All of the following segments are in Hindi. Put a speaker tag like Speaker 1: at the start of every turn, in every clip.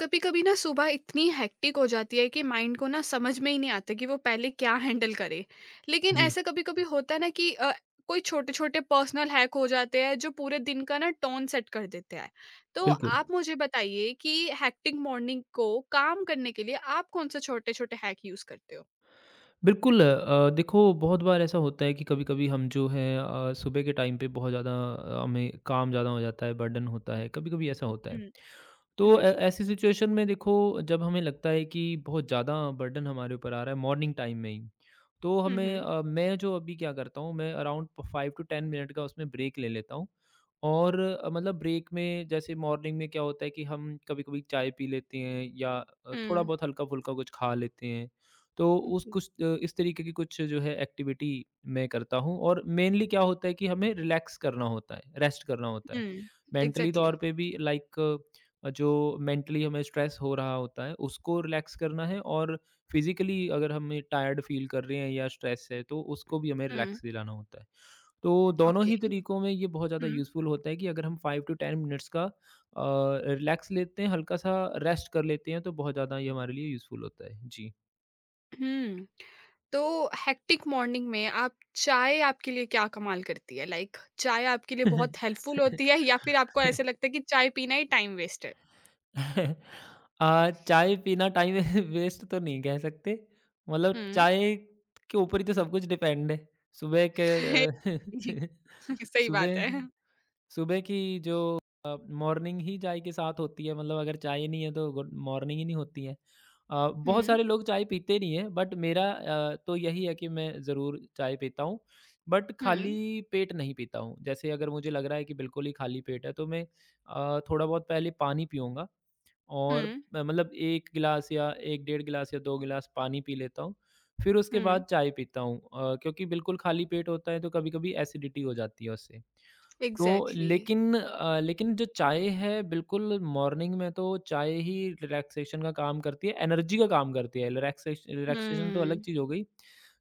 Speaker 1: कभी कभी ना सुबह इतनी हेक्टिक हो जाती है कि माइंड को ना समझ में ही नहीं आता कि वो पहले क्या हैंडल करे। लेकिन
Speaker 2: जी,
Speaker 1: ऐसा कभी कभी होता है ना कि कोई छोटे छोटे पर्सनल हैक हो जाते हैं जो पूरे दिन का ना टोन सेट कर देते हैं। तो
Speaker 2: बिल्कुल।
Speaker 1: आप मुझे बताइए कि हैक्टिक मॉर्निंग को काम करने के लिए आप कौन से छोटे छोटे हैक यूज करते हो।
Speaker 2: बिल्कुल देखो बहुत बार ऐसा होता है कि कभी-कभी हम जो है सुबह के टाइम पे बहुत ज़्यादा हमें काम ज़्यादा हो जाता है, बर्डन होता है, कभी-कभी ऐसा होता है।
Speaker 1: हम्म।
Speaker 2: तो
Speaker 1: हम्म।
Speaker 2: ऐ ऐसी सिचुएशन में देखो जब हमें लगता है कि बहुत ज़्यादा बर्डन हमारे ऊपर आ रहा है मॉर्निंग टाइम में ही, तो हमें
Speaker 1: हम्म।
Speaker 2: मैं जो अभी क्या करता हूँ मैं अराउंड 5 टू 10 मिनट का उसमें ब्रेक ले लेता हूँ और मतलब ब्रेक में जैसे मॉर्निंग में क्या होता है कि हम कभी-कभी चाय पी लेते हैं या थोड़ा बहुत हल्का-फुल्का कुछ खा लेते हैं। तो उस
Speaker 1: हम्म।
Speaker 2: कुछ इस तरीके की कुछ जो है एक्टिविटी मैं करता हूँ और मेनली क्या होता है कि हमें रिलैक्स करना होता है, रेस्ट करना होता है।
Speaker 1: हम्म।
Speaker 2: Mentally
Speaker 1: exactly.
Speaker 2: तौर पे भी लाइक जो मेंटली हमें स्ट्रेस हो रहा होता है उसको रिलैक्स करना है और फिज़िकली अगर हम टायर्ड फ़ील कर रहे हैं या स्ट्रेस है तो उसको भी हमें
Speaker 1: हम्म।
Speaker 2: रिलैक्स दिलाना होता है। तो दोनों
Speaker 1: ओके।
Speaker 2: ही तरीकों में ये बहुत ज़्यादा
Speaker 1: हम्म।
Speaker 2: यूज़फुल होता है कि अगर हम 5 टू 10 मिनट्स का रिलैक्स लेते हैं, हल्का-सा रेस्ट कर लेते हैं तो बहुत ज़्यादा ये हमारे लिए यूज़फुल होता है। जी।
Speaker 1: okay, तो हेक्टिक मॉर्निंग में आप चाय आपके लिए क्या कमाल करती है? लाइक चाय आपके लिए बहुत हेल्पफुल होती है या फिर आपको ऐसे लगता है कि चाय पीना ही टाइम वेस्ट है?
Speaker 2: चाय पीना टाइम वेस्ट तो नहीं कह सकते। मतलब
Speaker 1: हुँ।
Speaker 2: चाय के ऊपर ही तो सब कुछ डिपेंड है। सुबह के अ,
Speaker 1: जी। सही बात
Speaker 2: सुबह
Speaker 1: है।
Speaker 2: सुबह की जो अ, मॉर्निंग ही चाय के साथ होती है। मतलब अगर चाय नहीं है तो गुड मॉर्निंग ही नहीं होती है। बहुत
Speaker 1: हुँ,
Speaker 2: सारे लोग चाय पीते नहीं हैं बट मेरा तो यही है कि मैं ज़रूर चाय पीता हूँ। बट
Speaker 1: हुँ,
Speaker 2: खाली पेट नहीं पीता हूँ। जैसे अगर मुझे लग रहा है कि बिल्कुल ही खाली पेट है तो मैं थोड़ा बहुत पहले पानी पीऊँगा। और
Speaker 1: हुँ,
Speaker 2: मतलब 1 गिलास या 1 डेढ़ गिलास या 2 गिलास पानी पी लेता हूँ। फिर उसके
Speaker 1: हुँ।
Speaker 2: बाद चाय पीता हूँ क्योंकि बिल्कुल खाली पेट होता है तो कभी-कभी एसिडिटी हो जाती है उससे। तो
Speaker 1: एग्ज़ैक्टली।
Speaker 2: लेकिन लेकिन जो चाय है बिल्कुल मॉर्निंग में तो चाय ही रिलैक्सेशन का काम करती है, एनर्जी का काम करती है। रिलैक्सेशन तो अलग
Speaker 1: हुँ,
Speaker 2: चीज़ हो गई,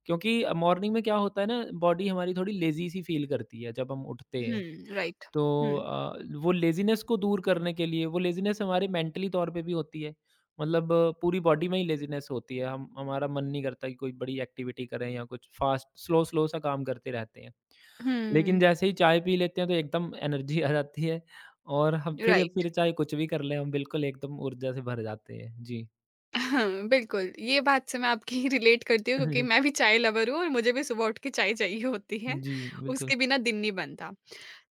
Speaker 2: क्योंकि मॉर्निंग में क्या होता है ना बॉडी हमारी थोड़ी लेज़ी सी फील करती है जब हम उठते हैं।
Speaker 1: हुँ, राइट।
Speaker 2: तो
Speaker 1: हुँ,
Speaker 2: वो लेज़ीनेस को दूर करने के लिए वो लेज़ीनेस हमारे मेंटली तौर पे भी होती है। मतलब पूरी बॉडी में ही लेज़ीनेस होती है। हम हमारा मन नहीं करता कि कोई बड़ी एक्टिविटी करें या कुछ फ़ास्ट स्लो स्लो सा काम करते रहते हैं। लेकिन
Speaker 1: हुँ,
Speaker 2: जैसे ही चाय पी लेते हैं तो एकदम एनर्जी आ जाती है और हम फिर
Speaker 1: राइट।
Speaker 2: फिर चाहे कुछ भी कर लें हम बिल्कुल एकदम ऊर्जा से भर जाते हैं। जी।
Speaker 1: हाँ, बिल्कुल, ये बात से मैं आपकी रिलेट करती हूँ क्योंकि मैं भी चाय लवर हूँ और मुझे भी सुबह उठ के चाय चाहिए होती है,
Speaker 2: जी, बिल्कुल।
Speaker 1: उसके बिना दिन नहीं बनता।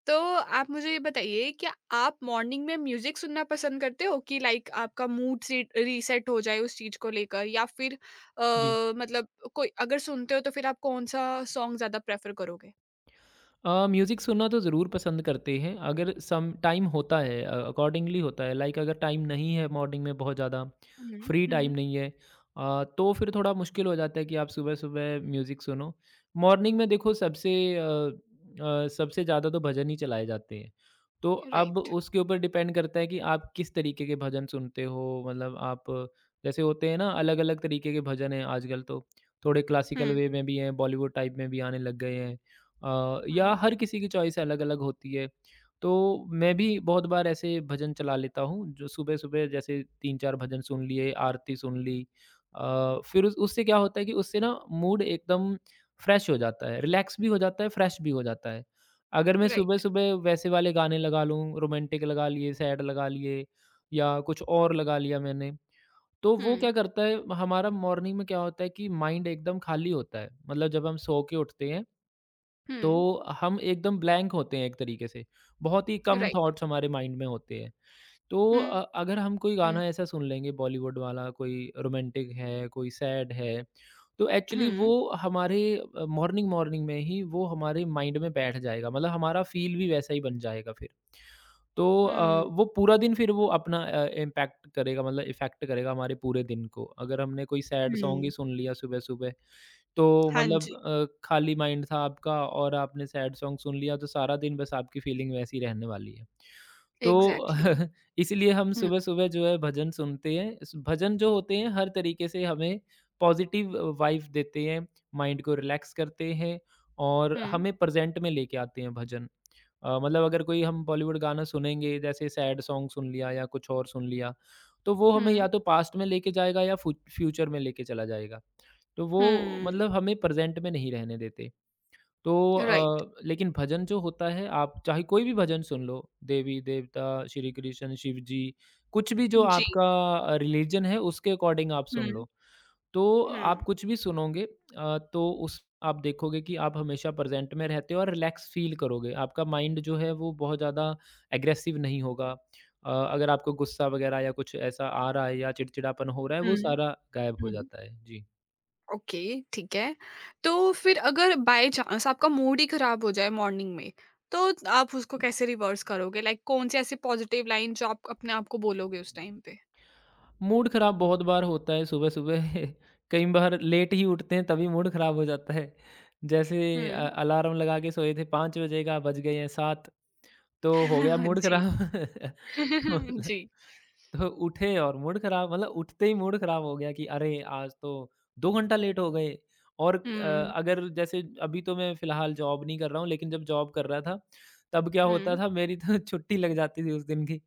Speaker 1: तो आप मुझे ये बताइए क्या आप मॉर्निंग में म्यूज़िक सुनना पसंद करते हो कि लाइक आपका मूड सीट रीसेट हो जाए उस चीज़ को लेकर या फिर
Speaker 2: जी।
Speaker 1: मतलब कोई अगर सुनते हो तो फिर आप कौन-सा सॉन्ग ज़्यादा प्रेफ़र करोगे?
Speaker 2: म्यूज़िक सुनना तो ज़रूर पसंद करते हैं अगर सम टाइम होता है अकॉर्डिंगली होता है लाइक अगर टाइम नहीं है मॉर्निंग में बहुत ज़्यादा
Speaker 1: हुँ, हुँ,
Speaker 2: फ्री टाइम
Speaker 1: हुँ।
Speaker 2: नहीं है तो फिर थोड़ा मुश्किल हो जाता है कि आप सुबह-सुबह म्यूज़िक सुनो। मॉर्निंग में देखो सबसे सबसे ज़्यादा तो भजन ही चलाए जाते हैं। तो अब
Speaker 1: राइट।
Speaker 2: उसके ऊपर डिपेंड करता है कि आप किस तरीके के भजन सुनते हो मतलब आप जैसे होते हैं ना अलग-अलग तरीके के भजन हैं आजकल तो। थोड़े क्लासिकल
Speaker 1: हुँ,
Speaker 2: वे में भी हैं, बॉलीवुड टाइप में भी आने लग गए हैं। या
Speaker 1: हुँ,
Speaker 2: हर किसी की चॉइस अलग-अलग होती है। तो मैं भी बहुत बार ऐसे भजन चला लेता हूँ, जो सुबह-सुबह जैसे 3-4 भजन सुन लिए, आरती सुन ली। फिर उस उससे क्या होता है कि उससे ना मूड एकदम फ्रेश हो जाता है, रिलैक्स भी हो जाता है, फ्रेश भी हो जाता है। अगर मैं
Speaker 1: राइट।
Speaker 2: सुबह-सुबह वैसे वाले गाने लगा लूँ, रोमांटिक लगा लिए, सैड लगा लिए या कुछ और लगा लिया मैंने, तो वो क्या
Speaker 1: हुँ,
Speaker 2: करता है हमारा मॉर्निंग में क्या होता है कि माइंड एकदम खाली होता है। मतलब जब हम सो के उठते हैं
Speaker 1: हुँ,
Speaker 2: तो हम एकदम ब्लैंक होते हैं एक तरीके से, बहुत ही कम
Speaker 1: राइट।
Speaker 2: थॉट्स हमारे माइंड में होते हैं। तो
Speaker 1: हुँ,
Speaker 2: अगर हम कोई
Speaker 1: हुँ,
Speaker 2: गाना ऐसा सुन लेंगे बॉलीवुड वाला, कोई रोमांटिक है, कोई सैड है, तो एक्चुअली वो
Speaker 1: हुँ,
Speaker 2: हमारे मॉर्निंग मॉर्निंग में ही वो हमारे माइंड में बैठ जाएगा, मतलब हमारा फ़ील भी वैसा ही बन जाएगा फिर। तो
Speaker 1: हुँ,
Speaker 2: वो पूरा दिन फिर वो अपना इम्पैक्ट करेगा मतलब इफ़ेक्ट करेगा हमारे पूरे दिन को। अगर हमने कोई सैड सॉन्ग ही
Speaker 1: हुँ।
Speaker 2: सुन लिया सुबह-सुबह तो
Speaker 1: हाँ
Speaker 2: मतलब
Speaker 1: जी,
Speaker 2: खाली माइंड था आपका और आपने सैड सॉन्ग सुन लिया तो सारा दिन बस आपकी फीलिंग वैसी रहने वाली है। तो
Speaker 1: एग्ज़ैक्टली।
Speaker 2: इसीलिए हम
Speaker 1: हुँ,
Speaker 2: सुबह-सुबह जो है भजन सुनते हैं। इस भजन जो होते हैं हर तरीके से हमें पॉजिटिव वाइब देते हैं, माइंड को रिलैक्स करते हैं और
Speaker 1: हुँ,
Speaker 2: हमें प्रेज़ेंट में लेके आते हैं भजन। मतलब अगर कोई हम बॉलीवुड गाना सुनेंगे जैसे सैड सॉन्ग सुन लिया या कुछ और सुन लिया, तो वो हमें या
Speaker 1: हुँ,
Speaker 2: तो पास्ट में लेके जाएगा या फू फ्यूचर में लेके चला जाएगा। तो वो
Speaker 1: हुँ,
Speaker 2: मतलब हमें प्रेज़ेंट में नहीं रहने देते। तो
Speaker 1: राइट।
Speaker 2: लेकिन भजन जो होता है आप चाहे कोई भी भजन सुन लो, देवी-देवता, श्री कृष्ण, शिव जी, कुछ भी जो
Speaker 1: जी,
Speaker 2: आपका रिलीजन है उसके अकॉर्डिंग आप सुन
Speaker 1: हुँ,
Speaker 2: लो। तो
Speaker 1: हुँ,
Speaker 2: आप कुछ भी सुनोगे तो उस आप देखोगे कि आप हमेशा प्रेज़ेंट में रहते हो और रिलैक्स फ़ील करोगे। आपका माइंड जो है वो बहुत ज़्यादा एग्रेसिव नहीं होगा। अगर आपको गुस्सा वग़ैरह या कुछ ऐसा आ रहा है या चिड़चिड़ापन हो रहा है, वो
Speaker 1: हुँ,
Speaker 2: सारा गायब हो
Speaker 1: हुँ,
Speaker 2: जाता है। जी।
Speaker 1: ओके, ठीक है। तो फिर अगर बाय चांस आपका मूड ही ख़राब हो जाए मॉर्निंग में, तो आप उसको कैसे रिवर्स करोगे? लाइक कौन से ऐसे पॉज़िटिव लाइन जो आप अपने आप को बोलोगे उस टाइम पे?
Speaker 2: मूड खराब बहुत बार होता है सुबह-सुबह कई बार लेट ही उठते हैं तभी मूड खराब हो जाता है। जैसे
Speaker 1: हुँ,
Speaker 2: अलार्म लगा के सोए थे 5 बजे का बज गए हैं 7 तो हो गया मूड
Speaker 1: जी,
Speaker 2: खराब। मतलब
Speaker 1: जी,
Speaker 2: तो उठे और मूड खराब मतलब उठते ही मूड खराब हो गया कि अरे! आज तो 2 घंटा लेट हो गए और
Speaker 1: हुँ,
Speaker 2: अगर जैसे अभी तो मैं फ़िलहाल जॉब नहीं कर रहा हूँ लेकिन जब जॉब कर रहा था तब क्या होता
Speaker 1: हुँ,
Speaker 2: था मेरी तो छुट्टी लग जाती थी उस दिन की।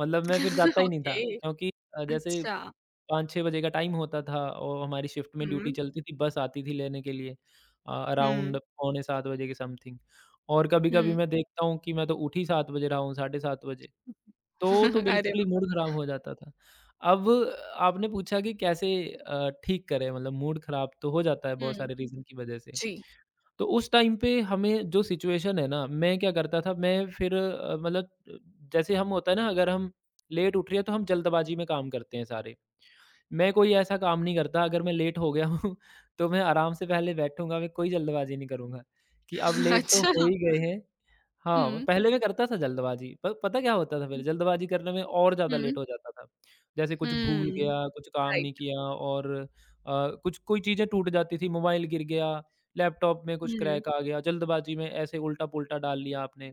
Speaker 2: मतलब मैं फिर जाता ही नहीं था
Speaker 1: ओके,
Speaker 2: क्योंकि जैसे
Speaker 1: अच्छा,
Speaker 2: 5-6 बजे का टाइम होता था और हमारी शिफ्ट में ड्यूटी
Speaker 1: हुँ,
Speaker 2: चलती थी, बस आती थी लेने के लिए अराउंड
Speaker 1: हुँ,
Speaker 2: पौने 7 बजे के समथिंग और कभी-कभी
Speaker 1: हुँ,
Speaker 2: मैं देखता हूँ कि मैं तो उठ ही 7 बजे रहा हूँ, साढ़े 7 बजे, तो
Speaker 1: अरे
Speaker 2: बिल्कुल ही
Speaker 1: वाह!
Speaker 2: मूड खराब हो जाता था। अब आपने पूछा कि कैसे ठीक करें मतलब मूड खराब तो हो जाता है बहुत
Speaker 1: हुँ,
Speaker 2: सारे रीज़न की वजह से।
Speaker 1: जी,
Speaker 2: तो उस टाइम पे हमें जो सिचुएशन है ना, मैं क्या करता था मैं फिर मतलब जैसे हम होता है ना अगर हम लेट उठ रहे हैं तो हम जल्दबाजी में काम करते हैं सारे। मैं कोई ऐसा काम नहीं करता अगर मैं लेट हो गया हूँ तो मैं आराम से पहले बैठूँगा, मैं कोई जल्दबाज़ी नहीं करूँगा, कि अब लेट तो
Speaker 1: अच्छा।
Speaker 2: हो ही गए हैं हाँ,
Speaker 1: हुँ।
Speaker 2: पहले मैं करता था जल्दबाज़ी, पर पता क्या होता था फिर जल्दबाज़ी करने में और ज़्यादा
Speaker 1: हुँ,
Speaker 2: लेट
Speaker 1: हुँ,
Speaker 2: हो जाता था। जैसे कुछ भूल हुँ।
Speaker 1: हुँ।
Speaker 2: गया, कुछ काम नहीं
Speaker 1: राइट।
Speaker 2: किया और कुछ कोई चीज़ें टूट जाती थी, मोबाइल गिर गया, लैपटॉप में
Speaker 1: हुँ,
Speaker 2: कुछ
Speaker 1: हुँ,
Speaker 2: क्रैक आ गया, जल्दबाज़ी में ऐसे उल्टा-पुल्टा डाल लिया आपने।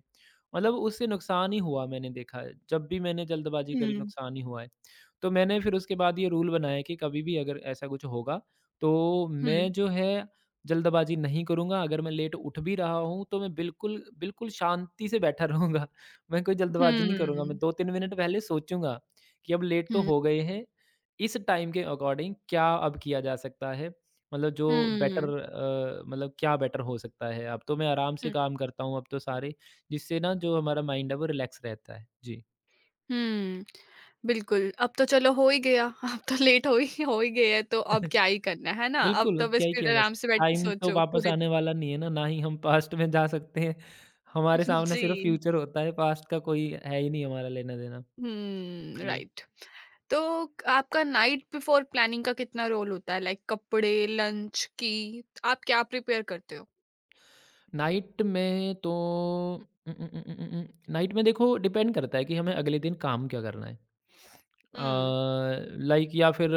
Speaker 2: मतलब उससे नुकसान ही हुआ मैंने देखा है, जब भी मैंने जल्दबाज़ी करी
Speaker 1: हुँ,
Speaker 2: नुकसान ही हुआ है। तो मैंने फिर उसके बाद ये रूल बनाया कि कभी भी अगर ऐसा कुछ होगा, तो
Speaker 1: हुँ,
Speaker 2: मैं जो है जल्दबाजी नहीं करूँगा, अगर मैं लेट उठ भी रहा हूँ, तो मैं बिल्कुल, बिल्कुल शांति से बैठा रहूँगा। मैं कोई जल्दबाजी नहीं करूँगा, मैं
Speaker 1: हुँ,
Speaker 2: 2-3 मिनट पहले सोचूँगा कि अब लेट तो
Speaker 1: हुँ,
Speaker 2: हो गए हैं, इस टाइम के अकॉर्डिंग क्या अब किया जा सकता है? मतलब जो बेटर मतलब क्या बेटर हो सकता है? अब तो मैं आराम से
Speaker 1: हुँ,
Speaker 2: काम करता हूँ, अब तो सारे, जिससे ना जो हमारा माइंड है वो रिलैक्स रहता है। जी।
Speaker 1: हुँ। बिल्कुल, अब तो चलो हो ही गया, अब तो लेट हो ही गए हैं तो अब क्या ही करना, है ना? अब
Speaker 2: बिल्कुल।
Speaker 1: तो
Speaker 2: अब क्या
Speaker 1: बस
Speaker 2: ही
Speaker 1: फिर
Speaker 2: किया जा
Speaker 1: आराम
Speaker 2: सकता,
Speaker 1: से बैठ के
Speaker 2: टाइम तो
Speaker 1: सोचो
Speaker 2: वापस
Speaker 1: पूरे
Speaker 2: आने
Speaker 1: दिन।
Speaker 2: वाला नहीं है ना, ना ही हम पास्ट में जा सकते हैं। हमारे सामने
Speaker 1: जी।
Speaker 2: सिर्फ़ फ्यूचर होता है, पास्ट का कोई है ही नहीं हमारा लेना-देना।
Speaker 1: हुँ,
Speaker 2: जी।
Speaker 1: राइट। तो आपका नाइट बिफोर प्लानिंग का कितना रोल होता है? लाइक कपड़े, लंच की आप क्या प्रिपेयर करते हो?
Speaker 2: नाइट में तो उम उम उम उम उम, नाइट में देखो डिपेंड करता है कि हमें अगले दिन काम क्या करना है। अ,
Speaker 1: हुँ,
Speaker 2: लाइक या फिर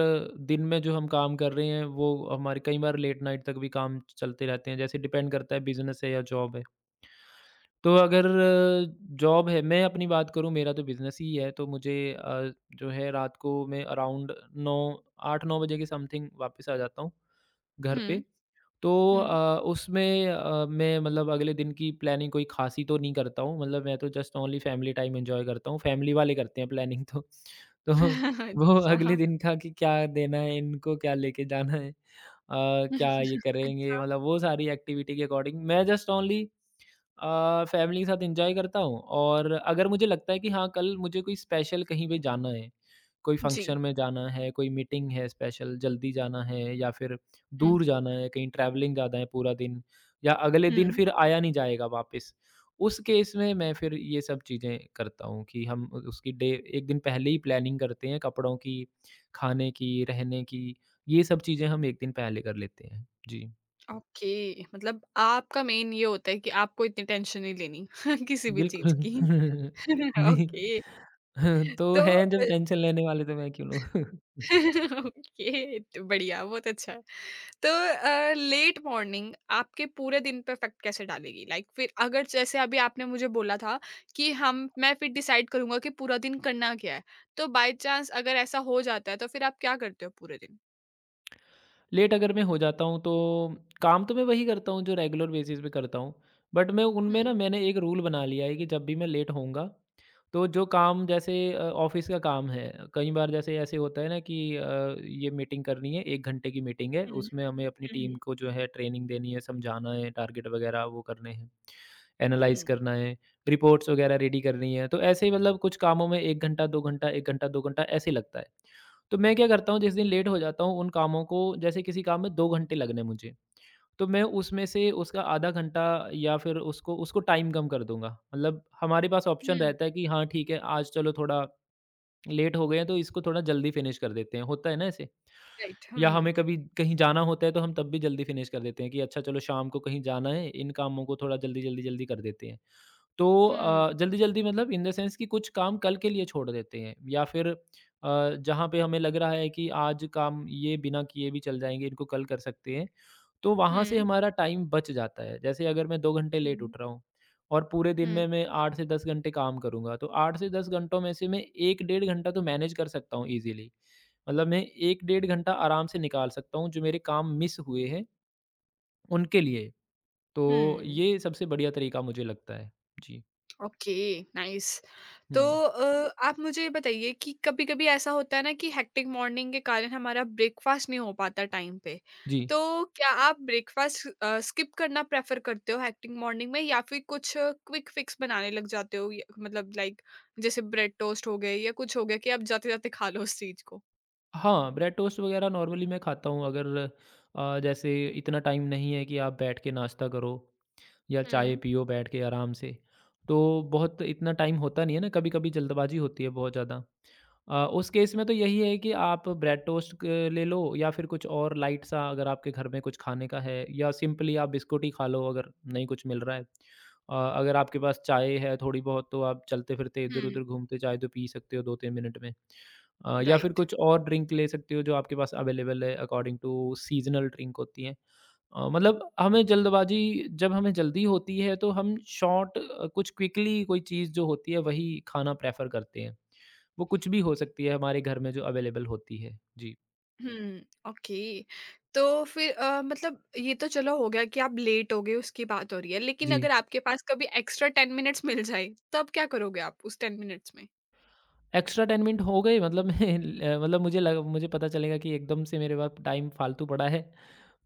Speaker 2: दिन में जो हम काम कर रहे हैं, वो हमारे कई बार लेट नाइट तक भी काम चलते रहते हैं, जैसे डिपेंड करता है बिज़नेस है या जॉब है। तो अगर जॉब है, मैं अपनी बात करूँ, मेरा तो बिज़नेस ही है, तो मुझे जो है रात को मैं अराउंड 9 8-9 बजे के समथिंग वापस आ जाता हूँ घर पे।
Speaker 1: हुँ,
Speaker 2: तो
Speaker 1: हुँ।
Speaker 2: उसमें मैं मतलब अगले दिन की प्लानिंग कोई ख़ासी तो नहीं करता हूँ, मतलब मैं तो just only family time enjoy करता हूँ, फैमिली वाले करते हैं प्लानिंग तो। तो वो
Speaker 1: अच्छा,
Speaker 2: अगले
Speaker 1: हाँ।
Speaker 2: दिन का कि क्या देना है इनको, क्या लेके जाना है, क्या ये करेंगे, मतलब वो सारी एक्टिविटी के अकॉर्डिंग मैं जस्ट ओनली फैमिली के साथ एंजॉय करता हूँ। और अगर मुझे लगता है कि हाँ, कल मुझे कोई स्पेशल कहीं पे जाना है, कोई
Speaker 1: जी।
Speaker 2: फंक्शन में जाना है, कोई मीटिंग है स्पेशल, जल्दी जाना है या फिर
Speaker 1: हुँ,
Speaker 2: दूर जाना है, कहीं ट्रैवलिंग ज़्यादा है पूरा दिन, या अगले दिन
Speaker 1: हुँ।
Speaker 2: फिर आया नहीं जाएगा वापस। उस केस में मैं फिर ये सब चीज़ें करता हूँ कि हम उ उसकी डे 1 दिन पहले ही प्लानिंग करते हैं कपड़ों की, खाने की, रहने की, ये सब चीज़ें हम 1 दिन पहले कर लेते हैं। जी।
Speaker 1: ओके, मतलब आपका मेन ये होता है कि आपको इतनी टेंशन नहीं लेनी किसी भी चीज़
Speaker 2: बिल्कुल।
Speaker 1: की।
Speaker 2: नहीं।
Speaker 1: ओके,
Speaker 2: तो
Speaker 1: तो
Speaker 2: हैं जब टेंशन लेने वाले, तो मैं क्यों लूँ?
Speaker 1: ओके, तो बढ़िया, बहुत अच्छा। है। तो लेट मॉर्निंग आपके पूरे दिन पे इफ़ेक्ट कैसे डालेगी? लाइक फिर अगर जैसे अभी आपने मुझे बोला था कि हम मैं फिर डिसाइड करूँगा कि पूरा दिन करना क्या है, तो बाय चांस अगर ऐसा हो जाता है, तो फिर आप क्या करते हो पूरे दिन?
Speaker 2: लेट अगर मैं हो जाता हूँ, तो काम तो मैं वही करता हूँ जो रेगुलर बेसिस पे करता हूँ, बट मैं उनमें ना,
Speaker 1: हुँ,
Speaker 2: मैंने एक रूल बना लिया है कि जब भी मैं लेट होऊंगा, तो जो काम, जैसे ऑफिस का काम है, कई बार जैसे ऐसे होता है ना कि ये मीटिंग करनी है, 1 घंटे की मीटिंग है,
Speaker 1: हुँ, हुँ,
Speaker 2: उसमें हमें अपनी टीम
Speaker 1: हुँ,
Speaker 2: को जो है ट्रेनिंग देनी है, समझाना है, टारगेट वगैरह वो करने हैं,
Speaker 1: हुँ,
Speaker 2: एनालाइज़ करना है, रिपोर्ट्स वगैरह रेडी करनी है, तो ऐसे ही मतलब कुछ कामों में 1 घंटा, 2 घंटा, 1 घंटा, 2 घंटा ऐसे ही लगता है। तो मैं क्या करता हूँ, जिस दिन लेट हो जाता हूँ, उन कामों को, जैसे किसी काम में 2 घंटे लगने मुझे, तो मैं उसमें से उसका आधा घंटा, या फिर उसको उसको टाइम कम कर दूँगा। मतलब हमारे पास ऑप्शन
Speaker 1: हुँ,
Speaker 2: रहता है कि हाँ, ठीक है, आज चलो थोड़ा लेट हो गए हैं, तो इसको थोड़ा जल्दी फिनिश कर देते हैं, होता है ना ऐसे?
Speaker 1: राइट,
Speaker 2: या
Speaker 1: हुँ,
Speaker 2: हमें कभी कहीं जाना होता है तो हम तब भी जल्दी फिनिश कर देते हैं कि अच्छा चलो शाम को कहीं जाना है, इन कामों को थोड़ा जल्दी, जल्दी, जल्दी कर देते हैं। तो
Speaker 1: हुँ,
Speaker 2: जल्दी-जल्दी मतलब इन द सेंस कि कुछ काम कल के लिए छोड़ देते हैं या फिर जहाँ पे हमें लग रहा है कि आज काम ये बिना किए भी चल जाएँगे, इनको कल कर सकते हैं, तो वहाँ से
Speaker 1: हुँ।
Speaker 2: हमारा टाइम बच जाता है। जैसे अगर मैं 2 घंटे लेट
Speaker 1: हुँ।
Speaker 2: उठ रहा हूँ और पूरे दिन
Speaker 1: हुँ,
Speaker 2: में मैं 8 से 10 घंटे काम करूँगा, तो 8 से 10 घंटों में से मैं 1 डेढ़ घंटा तो मैनेज कर सकता हूँ ईज़िली। मतलब मैं 1 डेढ़ घंटा आराम से निकाल सकता हूँ, जो मेरे काम मिस हुए हैं, उनके लिए। तो
Speaker 1: हुँ।
Speaker 2: ये सबसे बढ़िया तरीका मुझे लगता है। जी।
Speaker 1: Okay, nice.
Speaker 2: हुँ।
Speaker 1: तो आप मुझे ये बताइए कि कभी-कभी ऐसा होता है ना कि हेक्टिक मॉर्निंग के कारण हमारा ब्रेकफ़ास्ट नहीं हो पाता टाइम पे।
Speaker 2: जी।
Speaker 1: तो क्या आप ब्रेकफ़ास्ट स्किप करना प्रेफ़र करते हो हेक्टिक मॉर्निंग में या फिर कुछ क्विक फ़िक्स बनाने लग जाते हो? य मतलब लाइक जैसे ब्रेड टोस्ट हो गए या कुछ हो गया कि आप जाते-जाते खा लो उस चीज़ को?
Speaker 2: हाँ, ब्रेड टोस्ट वग़ैरह नॉर्मली मैं खाता हूँ, अगर जैसे इतना टाइम नहीं है कि आप बैठ के नाश्ता करो, या चाय
Speaker 1: हुँ,
Speaker 2: पियो बैठ के आराम से। तो बहुत इतना टाइम होता नहीं है ना, कभी-कभी जल्दबाज़ी होती है बहुत ज़्यादा। उस केस में तो यही है कि आप ब्रेड टोस्ट क ले लो, या फिर कुछ और लाइट सा, अगर आपके घर में कुछ खाने का है, या सिंपली आप बिस्कुट ही खा लो, अगर नहीं कुछ मिल रहा है। अगर आपके पास चाय है थोड़ी बहुत, तो आप चलते-फिरते
Speaker 1: हुँ,
Speaker 2: इधर-उधर घूमते चाय तो पी सकते हो 2-3 मिनट में। या फिर
Speaker 1: राइट।
Speaker 2: कुछ और ड्रिंक ले सकते हो जो आपके पास अवेलेबल है, अकॉर्डिंग टू सीज़नल ड्रिंक होती हैं। मतलब हमें जल्दबाज़ी, जब हमें जल्दी होती है, तो हम शॉर्ट कुछ क्विकली कोई चीज़ जो होती है वही खाना प्रेफ़र करते हैं। वो कुछ भी हो सकती है हमारे घर में जो अवेलेबल होती है। जी।
Speaker 1: हुँ, ओके। तो फिर मतलब ये तो चलो हो गया कि आप लेट हो गए उसकी बात हो रही है, लेकिन
Speaker 2: जी।
Speaker 1: अगर आपके पास कभी एक्स्ट्रा 10 मिनट्स मिल जाए, तब क्या करोगे आप उस 10 मिनट्स में?
Speaker 2: एक्स्ट्रा 10 मिनट हो गए, मतलब मैं ल मतलब मुझे लगा, मुझे पता चलेगा कि एकदम से मेरे पास टाइम फ़ालतू पड़ा है।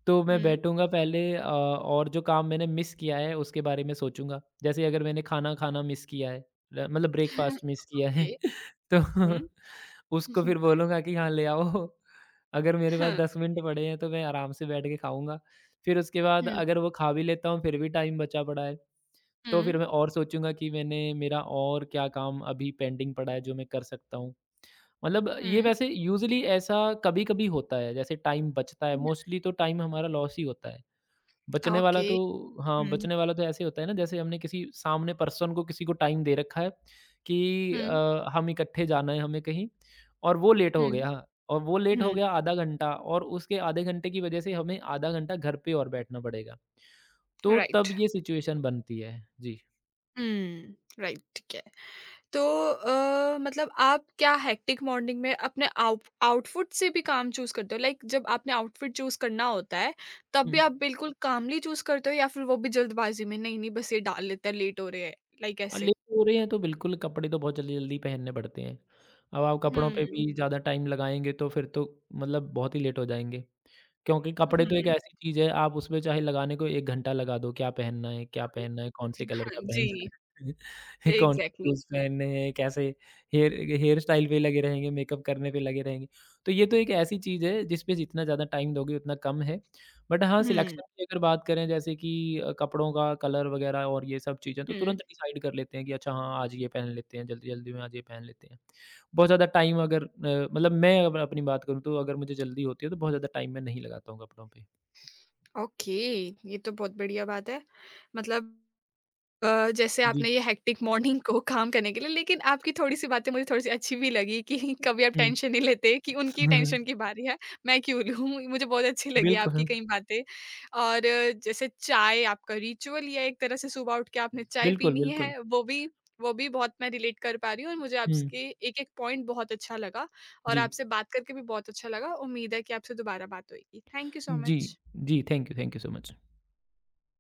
Speaker 2: तो मैं
Speaker 1: हुँ,
Speaker 2: बैठूँगा पहले, और जो काम मैंने मिस किया है उसके बारे में सोचूँगा। जैसे अगर मैंने खाना खाना मिस किया है, ल मतलब ब्रेकफ़ास्ट मिस किया है,
Speaker 1: ओके,
Speaker 2: तो
Speaker 1: हुँ,
Speaker 2: उसको फिर बोलूँगा कि हाँ, ले आओ। अगर मेरे पास
Speaker 1: हाँ,
Speaker 2: 10 मिनट पड़े हैं, तो मैं आराम से बैठ के खाऊँगा। फिर उसके बाद
Speaker 1: हुँ,
Speaker 2: अगर वो खा भी लेता हूँ फिर भी टाइम बचा पड़ा है, तो
Speaker 1: हुँ,
Speaker 2: फिर मैं और सोचूँगा कि मैंने मेरा और क्या काम अभी पेंडिंग पड़ा है जो मैं कर सकता हूँ। मतलब ये
Speaker 1: हुँ,
Speaker 2: वैसे यूज़ुअली ऐसा कभी-कभी होता है, जैसे टाइम बचता है, मोस्टली तो टाइम हमारा लॉस ही होता है।
Speaker 1: हुँ,
Speaker 2: बचने वाला
Speaker 1: ओके,
Speaker 2: तो हाँ,
Speaker 1: हुँ,
Speaker 2: बचने वाला तो ऐसे होता है ना, जैसे हमने किसी सामने पर्सन को किसी को टाइम दे रखा है कि
Speaker 1: हुँ,
Speaker 2: हम इकट्ठे जाना है हमें कहीं, और वो लेट हो
Speaker 1: हुँ,
Speaker 2: गया, और वो लेट हो
Speaker 1: हुँ,
Speaker 2: गया आधा घंटा, और उसके आधे घंटे की वजह से हमें आधा घंटा घर पे और बैठना पड़ेगा। तो तब
Speaker 1: राइट,
Speaker 2: ये सिचुएशन बनती है। जी।
Speaker 1: हुँ, राइट, ठीक है। तो मतलब आप क्या हेक्टिक मॉर्निंग में अपने आउटफिट से भी काम चूज़ करते हो? लाइक जब आपने आउटफिट चूज़ करना होता है, तब भी
Speaker 2: हुँ।
Speaker 1: आप बिल्कुल कामली चूज़ करते हो या फिर वो भी जल्दबाज़ी में, नहीं, नहीं बस ये डाल लेते हैं, लेट हो रहे हैं, लाइक
Speaker 2: हाँ,
Speaker 1: ऐसे?
Speaker 2: लेट हो रहे हैं तो बिल्कुल कपड़े तो बहुत जल्दी-जल्दी पहनने पड़ते हैं। अब आप कपड़ों पे
Speaker 1: हुँ,
Speaker 2: भी ज़्यादा टाइम लगाएँगे तो फिर तो मतलब बहुत ही लेट हो जाएँगे। क्योंकि
Speaker 1: हुँ,
Speaker 2: कपड़े तो एक
Speaker 1: हुँ।
Speaker 2: ऐसी चीज़ है, आप उसमें चाहे लगाने को 1 घंटा लगा दो, क्या पहनना है, कौन से कलर
Speaker 1: हाँ
Speaker 2: का
Speaker 1: जी,
Speaker 2: पहनना है, कौन से
Speaker 1: एग्ज़ैक्टली।
Speaker 2: शूज़ पहनने हैं, कैसे हेयर हेयर स्टाइल पे लगे रहेंगे, मेकअप करने पे लगे रहेंगे। तो ये तो एक ऐसी चीज़ है जिस पे जितना ज़्यादा टाइम दोगे उतना कम है। बट हाँ, सिलेक्शन
Speaker 1: हुँ,
Speaker 2: की अगर बात करें, जैसे कि कपड़ों का कलर वगैरह और ये सब चीज़ें, तो
Speaker 1: हुँ।
Speaker 2: तुरंत डिसाइड कर लेते हैं कि अच्छा हाँ, आज ये पहन लेते हैं, जल्दी-जल्दी में आज ये पहन लेते हैं। बहुत ज़्यादा टाइम अगर मतलब मैं अगर अपनी बात करूँ, तो अगर मुझे जल्दी होती है तो बहुत ज़्यादा टाइम मैं नहीं लगाता हूँ कपड़ों पे।
Speaker 1: ओके, ये तो बहुत बढ़िया बात है। मतलब जैसे
Speaker 2: जी।
Speaker 1: आपने ये हेक्टिक मॉर्निंग को काम करने के लिए लेकिन आपकी थोड़ी-सी बातें मुझे थोड़ी-सी अच्छी भी लगी कि कभी आप
Speaker 2: हुँ।
Speaker 1: टेंशन नहीं लेते कि उनकी टेंशन की बारी है, मैं क्यों लूँ? मुझे बहुत अच्छी लगी आपकी
Speaker 2: बिल्कुल,
Speaker 1: कई बातें और जैसे चाय आपका रिचुअल या एक तरह से सुबह उठ के आपने चाय
Speaker 2: बिल्कुल,
Speaker 1: पीनी
Speaker 2: बिल्कुल।
Speaker 1: है, वो भी बहुत मैं रिलेट कर पा रही हूँ और मुझे
Speaker 2: हुँ।
Speaker 1: आपके एक-एक पॉइंट बहुत अच्छा लगा और
Speaker 2: जी।
Speaker 1: आपसे बात करके भी बहुत अच्छा लगा। उम्मीद है कि आपसे दोबारा बात होएगी। थैंक यू सो
Speaker 2: जी।
Speaker 1: मच।
Speaker 2: जी, थैंक यू सो मच।